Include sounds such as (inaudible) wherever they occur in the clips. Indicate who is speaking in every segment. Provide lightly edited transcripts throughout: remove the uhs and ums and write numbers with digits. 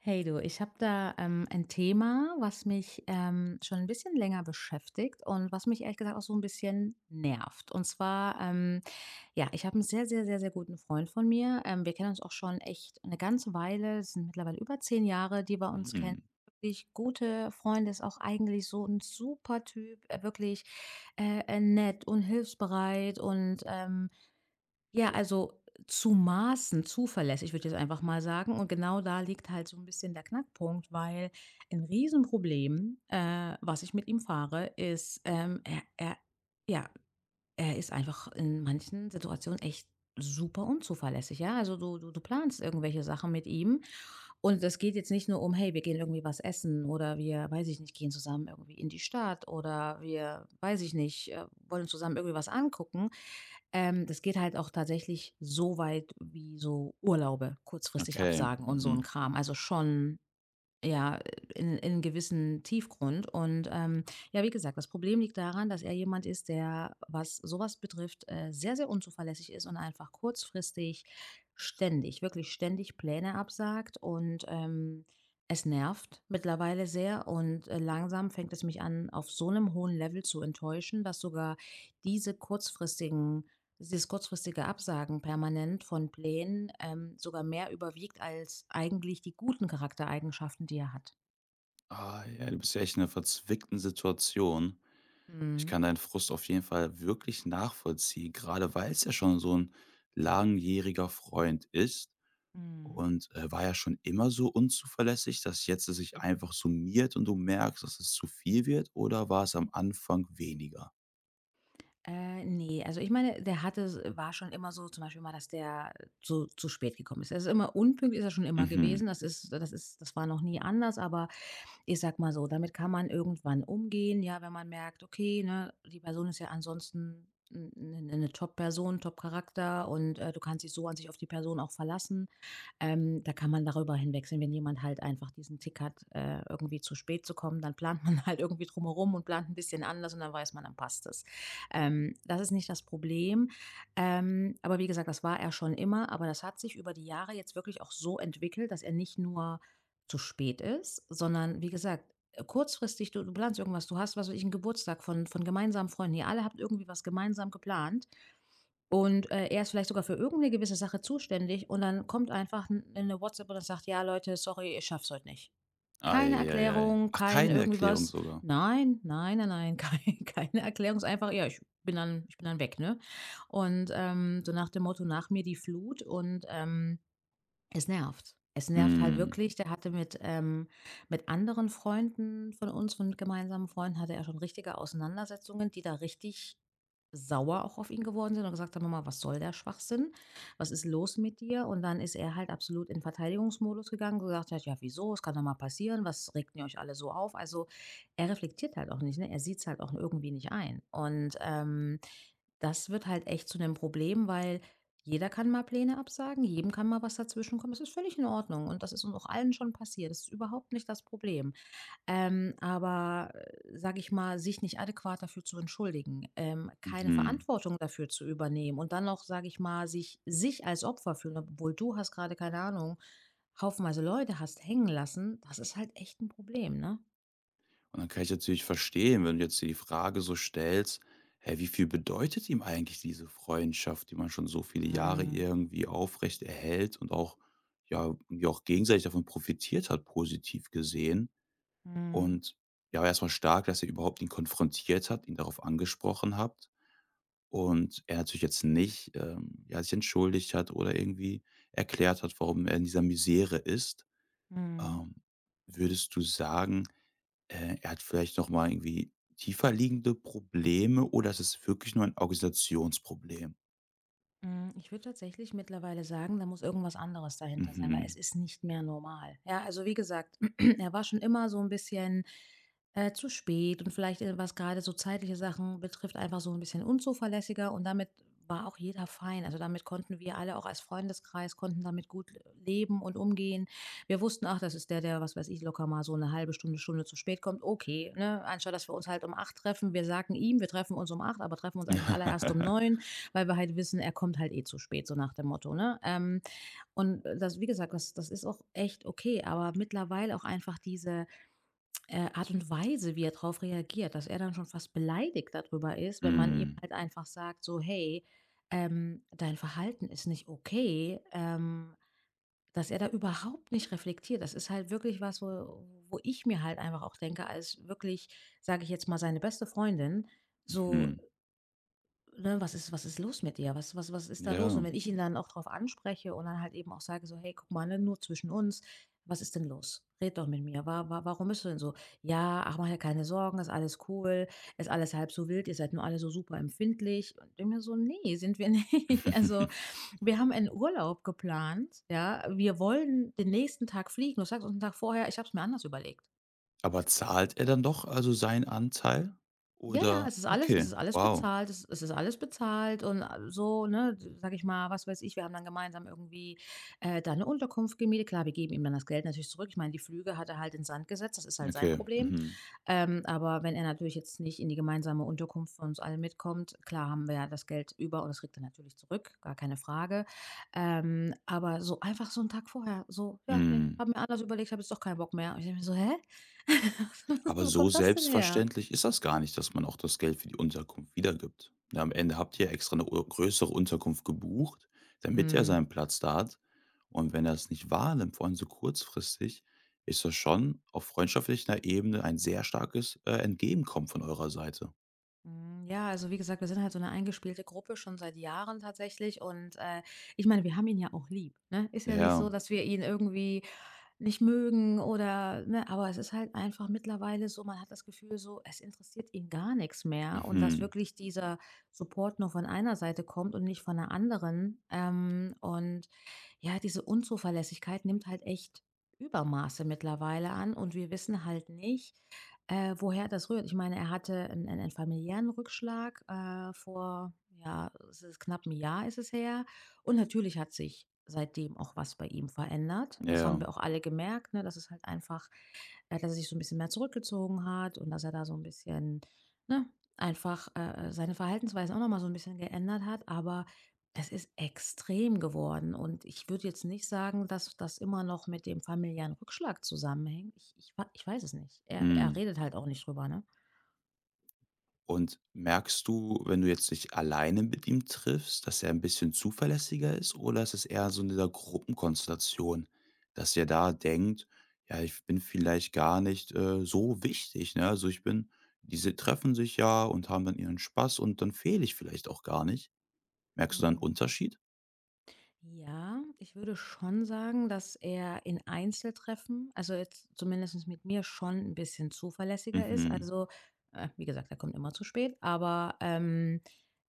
Speaker 1: Hey du, ich habe da ein Thema, was mich schon ein bisschen länger beschäftigt und was mich ehrlich gesagt auch so ein bisschen nervt. Und zwar, ja, ich habe einen sehr, sehr, sehr, sehr guten Freund von mir. Wir kennen uns auch schon echt eine ganze Weile. Es sind mittlerweile über 10 Jahre, die wir uns kennen.
Speaker 2: Mhm.
Speaker 1: Wirklich gute Freunde, ist auch eigentlich so ein super Typ, wirklich nett und hilfsbereit und ja, also zu Maßen zuverlässig, würde ich jetzt einfach mal sagen. Und genau da liegt halt so ein bisschen der Knackpunkt, weil ein Riesenproblem, was ich mit ihm fahre, ist, er er ja, er ist einfach in manchen Situationen echt super unzuverlässig, ja? Also, du planst irgendwelche Sachen mit ihm, und das geht jetzt nicht nur um: „Hey, wir gehen irgendwie was essen“ oder wir, weiß ich nicht, gehen zusammen irgendwie in die Stadt oder wir, weiß ich nicht, wollen zusammen irgendwie was angucken. Das geht halt auch tatsächlich so weit wie so Urlaube kurzfristig
Speaker 2: Okay.
Speaker 1: absagen und so ein
Speaker 2: Mhm.
Speaker 1: Kram. Also, schon ja, in einen gewissen Tiefgrund, und ja, wie gesagt, das Problem liegt daran, dass er jemand ist, der, was sowas betrifft, sehr, sehr unzuverlässig ist und einfach kurzfristig ständig wirklich ständig Pläne absagt, und es nervt mittlerweile sehr, und langsam fängt es mich an, auf so einem hohen Level zu enttäuschen, dass sogar diese kurzfristigen dieses kurzfristige Absagen permanent von Plänen, sogar mehr überwiegt als eigentlich die guten Charaktereigenschaften, die er hat.
Speaker 2: Ah, ja, du bist ja echt in einer verzwickten Situation. Ich
Speaker 1: Mhm.
Speaker 2: kann deinen Frust auf jeden Fall wirklich nachvollziehen, gerade weil es ja schon so ein langjähriger Freund ist
Speaker 1: Mhm.
Speaker 2: und war ja schon immer so unzuverlässig, dass jetzt es sich einfach summiert und du merkst, dass es zu viel wird, oder war es am Anfang weniger?
Speaker 1: Ne, also ich meine, der hatte s war schon immer so, zum Beispiel mal, dass der so zu spät gekommen ist. Er ist immer unpünktlich, ist er schon immer gewesen.
Speaker 2: Mhm.
Speaker 1: Das war noch nie anders, aber ich sag mal so, damit kann man irgendwann umgehen, ja, wenn man merkt, okay, ne, die Person ist ja ansonsten eine Top-Person, Top-Charakter, und du kannst dich so an sich auf die Person auch verlassen. Da kann man darüber hinwegsehen, wenn jemand halt einfach diesen Tick hat, irgendwie zu spät zu kommen, dann plant man (laughs) halt irgendwie drumherum und plant ein bisschen anders, und dann weiß man, dann passt es. Das ist nicht das Problem. Aber wie gesagt, das war er schon immer, aber das hat sich über die Jahre jetzt wirklich auch so entwickelt, dass er nicht nur zu spät ist, sondern wie gesagt, kurzfristig, du planst irgendwas, du hast, was weiß ich, einen Geburtstag von gemeinsamen Freunden, ihr alle habt irgendwie was gemeinsam geplant, und er ist vielleicht sogar für irgendeine gewisse Sache zuständig, und dann kommt einfach eine WhatsApp und dann sagt, ja Leute, sorry, ich schaff's heute nicht. Keine
Speaker 2: Ei, ei, ei.
Speaker 1: Erklärung,
Speaker 2: Ach,
Speaker 1: kein
Speaker 2: keine
Speaker 1: irgendwie
Speaker 2: Erklärung
Speaker 1: was.
Speaker 2: sogar.
Speaker 1: Nein, nein, nein, nein, (laughs) keine Erklärung. Ist einfach, ja, ich bin dann weg, ne? Und so nach dem Motto, nach mir die Flut. Und es nervt. Es nervt halt
Speaker 2: Mhm.
Speaker 1: wirklich. Der hatte mit anderen Freunden von uns, von gemeinsamen Freunden, hatte er schon richtige Auseinandersetzungen, die da richtig sauer auch auf ihn geworden sind und gesagt haben: „Mama, was soll der Schwachsinn? Was ist los mit dir?“ Und dann ist er halt absolut in Verteidigungsmodus gegangen, gesagt hat: „Ja, wieso? Es kann doch mal passieren. Was regt ihr euch alle so auf?“ Also, er reflektiert halt auch nicht, ne? Er sieht es halt auch irgendwie nicht ein. Und, das wird halt echt zu einem Problem, weil jeder kann mal Pläne absagen, jedem kann mal was dazwischenkommen. Das ist völlig in Ordnung, und das ist uns auch allen schon passiert. Das ist überhaupt nicht das Problem. Aber, sage ich mal, sich nicht adäquat dafür zu entschuldigen, keine
Speaker 2: Mhm.
Speaker 1: Verantwortung dafür zu übernehmen und dann noch, sage ich mal, sich als Opfer fühlen, obwohl du hast gerade keine Ahnung, haufenweise Leute hast hängen lassen, das ist halt echt ein Problem, ne?
Speaker 2: Und dann kann ich natürlich verstehen, wenn du jetzt dir die Frage so stellst: „Hey, wie viel bedeutet ihm eigentlich diese Freundschaft, die man schon so viele Jahre
Speaker 1: Mhm.
Speaker 2: irgendwie aufrecht erhält und auch ja, irgendwie auch gegenseitig davon profitiert hat, positiv gesehen?“
Speaker 1: Mhm.
Speaker 2: Und ja, erstmal stark, dass ihr überhaupt ihn konfrontiert habt, ihn darauf angesprochen habt und er natürlich jetzt nicht, ja, sich entschuldigt hat oder irgendwie erklärt hat, warum er in dieser Misere ist.
Speaker 1: Mhm.
Speaker 2: Ähm, würdest du sagen er hat vielleicht noch mal irgendwie tiefer liegende Probleme oder ist es ist wirklich nur ein Organisationsproblem?
Speaker 1: Hm, ich würde tatsächlich mittlerweile sagen, da muss irgendwas anderes dahinter sein, weil es
Speaker 2: Mhm.
Speaker 1: ist nicht mehr normal. Ja, also wie gesagt, (clears throat) er war schon immer so ein bisschen, zu spät und vielleicht, was gerade so zeitliche Sachen betrifft, einfach so ein bisschen unzuverlässiger, und damit war auch jeder fein. Also, damit konnten wir alle auch als Freundeskreis konnten damit gut leben und umgehen. Wir wussten: „Ach, das ist der, der, was weiß ich, locker mal so eine halbe Stunde, Stunde zu spät kommt.“ Okay, ne? Anstatt dass wir uns halt um 8 treffen, wir sagen ihm, wir treffen uns um 8, aber treffen uns eigentlich alle erst um
Speaker 2: (laughs)
Speaker 1: neun weil wir halt wissen, er kommt halt eh zu spät, so nach dem Motto, ne? Und das, wie gesagt, das ist auch echt okay, aber mittlerweile auch einfach diese Art und Weise, wie er darauf reagiert, dass er dann schon fast beleidigt darüber ist, wenn man ihm
Speaker 2: Mhm.
Speaker 1: halt einfach sagt, so, hey, dein Verhalten ist nicht okay, dass er da überhaupt nicht reflektiert. Das ist halt wirklich was, wo ich mir halt einfach auch denke, als wirklich, sage ich jetzt mal, seine beste Freundin, so.
Speaker 2: Mhm.
Speaker 1: Ne, was ist los mit dir? Was ist da los?
Speaker 2: Ja.
Speaker 1: Und wenn ich ihn dann auch drauf anspreche und dann halt eben auch sage so: „Hey, guck mal, ne, nur zwischen uns. Was ist denn los? Red doch mit mir. Wa wa Warum bist du denn so?“ „Ja, ach, mach dir keine Sorgen, ist alles cool, ist alles halb so wild, ihr seid nur alle so super empfindlich.“ Und ich denke mir so: nee, sind wir nicht.“ (laughs) Also,
Speaker 2: (laughs)
Speaker 1: wir haben einen Urlaub geplant, ja? Wir wollen den nächsten Tag fliegen. Du sagst uns einen Tag vorher: „Ich habe es mir anders überlegt.“
Speaker 2: Aber zahlt er dann doch also seinen Anteil?
Speaker 1: Ja, ja,
Speaker 2: Oder
Speaker 1: es
Speaker 2: okay,
Speaker 1: ist alles
Speaker 2: wow.
Speaker 1: bezahlt. Es ist alles bezahlt, und so, ne, sag ich mal, was weiß ich, wir haben dann gemeinsam irgendwie, da eine Unterkunft gemietet. Klar, wir geben ihm dann das Geld natürlich zurück. Ich meine, die Flüge hat er halt in den Sand gesetzt, das ist halt sein
Speaker 2: Okay.
Speaker 1: Problem.
Speaker 2: Mhm.
Speaker 1: Aber wenn er natürlich jetzt nicht in die gemeinsame Unterkunft von uns allen mitkommt, klar haben wir ja das Geld über, und das kriegt er natürlich zurück, gar keine Frage. Aber so einfach so einen Tag vorher, so: „Ja, ne,
Speaker 2: Mhm.
Speaker 1: habe mir anders überlegt, habe jetzt doch keinen Bock mehr.“ Und ich denke mir so: „Hä? (laughs)
Speaker 2: Aber
Speaker 1: Wo
Speaker 2: so
Speaker 1: kommt das denn her?“
Speaker 2: selbstverständlich ist das gar nicht, dass man auch das Geld für die Unterkunft wiedergibt. Ne, am Ende habt ihr ja extra eine u größere Unterkunft gebucht, damit er
Speaker 1: Mhm.
Speaker 2: seinen Platz da hat. Und wenn er es nicht wahrnimmt, vor allem so kurzfristig, ist das schon auf freundschaftlicher Ebene ein sehr starkes, Entgegenkommen von eurer Seite.
Speaker 1: Mm, ja, also wie gesagt, wir sind halt so eine eingespielte Gruppe schon seit Jahren tatsächlich. Und ich meine, wir haben ihn ja auch lieb. Ne? Ist ja nicht
Speaker 2: Ja.
Speaker 1: so, dass wir ihn irgendwie nicht mögen oder, ne, aber es ist halt einfach mittlerweile so, man hat das Gefühl so, es interessiert ihn gar nichts mehr, und dass
Speaker 2: Mhm.
Speaker 1: wirklich dieser Support nur von einer Seite kommt und nicht von der anderen. Und ja, diese Unzuverlässigkeit nimmt halt echt Übermaße mittlerweile an, und wir wissen halt nicht, woher das rührt. Ich meine, er hatte einen 'n 'n familiären Rückschlag, vor ja, es ist knapp 'n Jahr ist es her. Und natürlich hat sich seitdem auch was bei ihm verändert. Das
Speaker 2: Ja.
Speaker 1: haben wir auch alle gemerkt, ne, dass es halt einfach dass er sich so ein bisschen mehr zurückgezogen hat, und dass er da so ein bisschen, ne, einfach, seine Verhaltensweise auch noch mal so ein bisschen geändert hat, aber es ist extrem geworden, und ich würde jetzt nicht sagen, dass das immer noch mit dem familiären Rückschlag zusammenhängt. Ich weiß es nicht. Er
Speaker 2: Mhm.
Speaker 1: redet halt auch nicht drüber, ne?
Speaker 2: Und merkst du, wenn du jetzt dich alleine mit ihm triffst, dass er ein bisschen zuverlässiger ist oder ist es eher so in dieser Gruppenkonstellation, dass er da denkt: „Ja, ich bin vielleicht gar nicht, so wichtig, ne? Also, ich bin diese treffen sich ja und haben dann ihren Spaß und dann fehle ich vielleicht auch gar nicht.“ Merkst du da 'n
Speaker 1: Mhm.
Speaker 2: Unterschied?
Speaker 1: Ja, ich würde schon sagen, dass er in Einzeltreffen, also jetzt zumindest mit mir, schon ein bisschen zuverlässiger ist.
Speaker 2: Mhm.
Speaker 1: Also, wie gesagt, er kommt immer zu spät, aber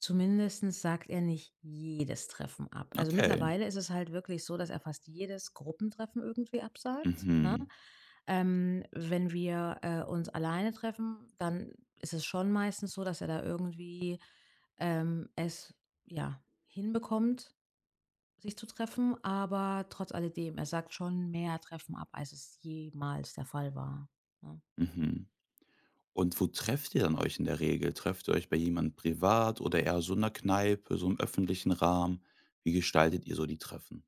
Speaker 1: zumindest sagt er nicht jedes Treffen ab. Also
Speaker 2: Okay.
Speaker 1: mittlerweile ist es halt wirklich so, dass er fast jedes Gruppentreffen irgendwie absagt. Ne?
Speaker 2: Mhm.
Speaker 1: Wenn wir uns alleine treffen, dann ist es schon meistens so, dass er da irgendwie es ja hinbekommt, sich zu treffen, aber trotz alledem, er sagt schon mehr Treffen ab, als es jemals der Fall war, ne?
Speaker 2: Mhm. Und wo trefft ihr dann euch in der Regel? Trefft ihr euch bei jemandem privat oder eher so in 'ner Kneipe, so im öffentlichen Rahmen? Wie gestaltet ihr so die Treffen?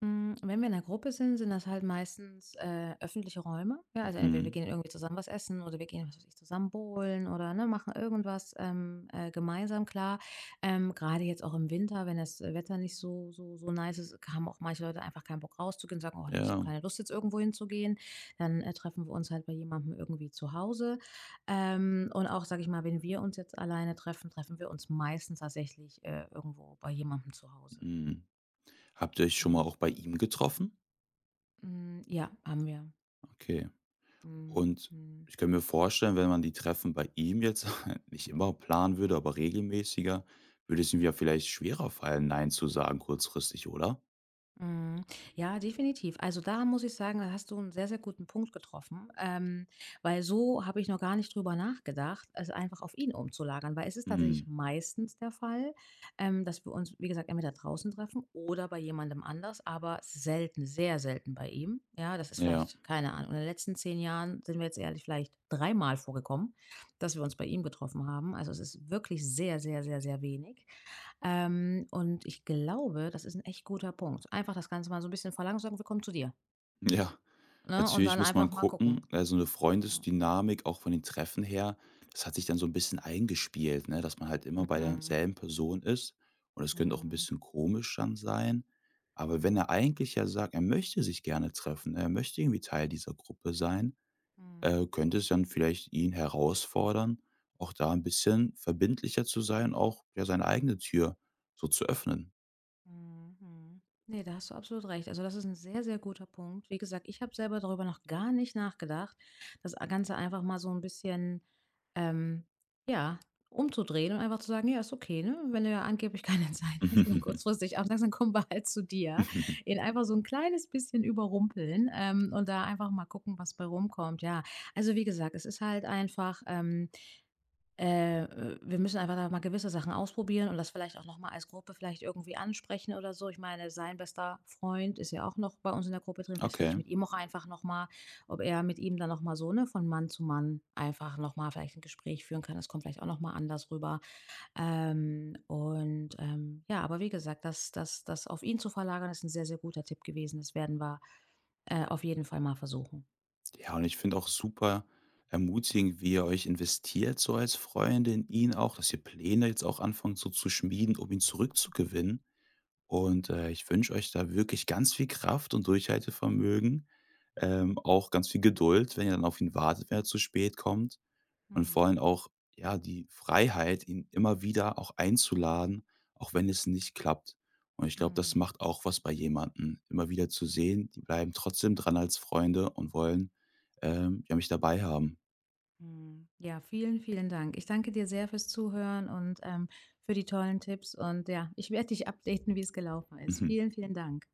Speaker 1: Hm, wenn wir in einer Gruppe sind, sind das halt meistens, öffentliche Räume, ja? Also, entweder wir
Speaker 2: Mhm.
Speaker 1: gehen irgendwie zusammen was essen oder wir gehen, was weiß ich, zusammen bowlen oder, ne, machen irgendwas, gemeinsam, klar. Grade jetzt auch im Winter, wenn das Wetter nicht so nice ist, haben auch manche Leute einfach keinen Bock rauszugehen, und sagen: „Oh nee, ich habe
Speaker 2: Ja,
Speaker 1: keine Lust, jetzt irgendwo hinzugehen.“ Dann, treffen wir uns halt bei jemandem irgendwie zu Hause. Und auch, sage ich mal, wenn wir uns jetzt alleine treffen, treffen wir uns meistens tatsächlich, irgendwo bei jemandem zu Hause.
Speaker 2: mhm. Habt ihr euch schon mal
Speaker 1: Ja.
Speaker 2: auch bei ihm getroffen?
Speaker 1: Hm, ja, haben wir.
Speaker 2: Okay.
Speaker 1: Mhm,
Speaker 2: Und
Speaker 1: mhm,
Speaker 2: ich kann mir vorstellen, wenn man die Treffen bei ihm jetzt (laughs) nicht immer planen würde, aber regelmäßiger, würde es ihm ja vielleicht schwerer fallen, „Nein“ zu sagen kurzfristig, oder?
Speaker 1: mhm. Ja, definitiv. Also, da muss ich sagen, da hast du einen sehr, sehr guten Punkt getroffen, weil so habe ich noch gar nicht drüber nachgedacht, es einfach auf ihn umzulagern, weil es ist
Speaker 2: Mhm.
Speaker 1: tatsächlich meistens der Fall, dass wir uns, wie gesagt, entweder draußen treffen oder bei jemandem anders, aber selten, sehr selten bei ihm. Ja, das ist
Speaker 2: Ja,
Speaker 1: vielleicht keine Ahnung, in den letzten 10 Jahren sind wir jetzt ehrlich vielleicht dreimal vorgekommen, dass wir uns bei ihm getroffen haben. Also, es ist wirklich sehr, sehr, sehr, sehr wenig. Und ich glaube, das ist ein echt guter Punkt. Einfach das Ganze mal so ein bisschen verlangsamen: „Wir kommen zu dir“,
Speaker 2: ja.
Speaker 1: ne? Und
Speaker 2: Natürlich
Speaker 1: dann
Speaker 2: muss man
Speaker 1: einfach mal gucken.
Speaker 2: gucken, also eine
Speaker 1: Ja.
Speaker 2: Freundesdynamik auch von den Treffen her, das hat sich dann so ein bisschen eingespielt, ne, dass man halt immer bei
Speaker 1: Mhm.
Speaker 2: derselben Person ist und das könnte auch ein
Speaker 1: Mhm.
Speaker 2: bisschen komisch dann sein. Aber wenn er eigentlich ja sagt, er möchte sich gerne treffen, er möchte irgendwie Teil dieser Gruppe sein,
Speaker 1: Mhm.
Speaker 2: könnte es dann vielleicht ihn herausfordern, auch da ein bisschen verbindlicher zu sein, auch, ja, seine eigene Tür so zu öffnen.
Speaker 1: Mhm. Ne, da hast du absolut recht. Also, das ist ein sehr, sehr guter Punkt. Wie gesagt, ich habe selber darüber noch gar nicht nachgedacht, das Ganze einfach mal so ein bisschen, ähm, ja, umzudrehen und einfach zu sagen: „Ja, ist okay, ne? Wenn du ja angeblich keine (laughs) Zeit hast und
Speaker 2: (laughs)
Speaker 1: kurzfristig absagst, dann kommen wir halt zu dir.“ Ihn einfach so ein kleines bisschen überrumpeln, und da einfach mal gucken, was bei rumkommt, ja. Also, wie gesagt, es ist halt einfach, wir müssen einfach da mal gewisse Sachen ausprobieren und das vielleicht auch nochmal als Gruppe vielleicht irgendwie ansprechen oder so. Ich meine, sein bester Freund ist ja auch noch bei uns in der Gruppe drin. Vielleicht rede ich
Speaker 2: Okay.
Speaker 1: mit ihm auch einfach nochmal, ob er mit ihm dann nochmal so, ne, von Mann zu Mann einfach nochmal vielleicht ein Gespräch führen kann. Das kommt vielleicht auch nochmal anders rüber. Ja, aber wie gesagt, das auf ihn zu verlagern, ist ein sehr, sehr guter Tipp gewesen. Das werden wir auf jeden Fall mal versuchen.
Speaker 2: Ja, und ich finde auch super ermutigend, wie ihr euch investiert, so als Freunde in ihn auch, dass ihr Pläne jetzt auch anfangt so zu schmieden, um ihn zurückzugewinnen. Und ich wünsche euch da wirklich ganz viel Kraft und Durchhaltevermögen, auch ganz viel Geduld, wenn ihr dann auf ihn wartet, wenn er zu spät kommt. Und vor
Speaker 1: Hm,
Speaker 2: allem auch, ja, die Freiheit, ihn immer wieder auch einzuladen, auch wenn es nicht klappt. Und ich glaube, das
Speaker 1: hm.
Speaker 2: macht auch was bei jemandem, immer wieder zu sehen, die bleiben trotzdem dran als Freunde und wollen, ja, mich dabei haben.
Speaker 1: Mhm. Ja, vielen, vielen Dank. Ich danke dir sehr fürs Zuhören, und für die tollen Tipps, und ja, ich werde dich updaten, wie es gelaufen ist.
Speaker 2: (laughs)
Speaker 1: Vielen, vielen Dank.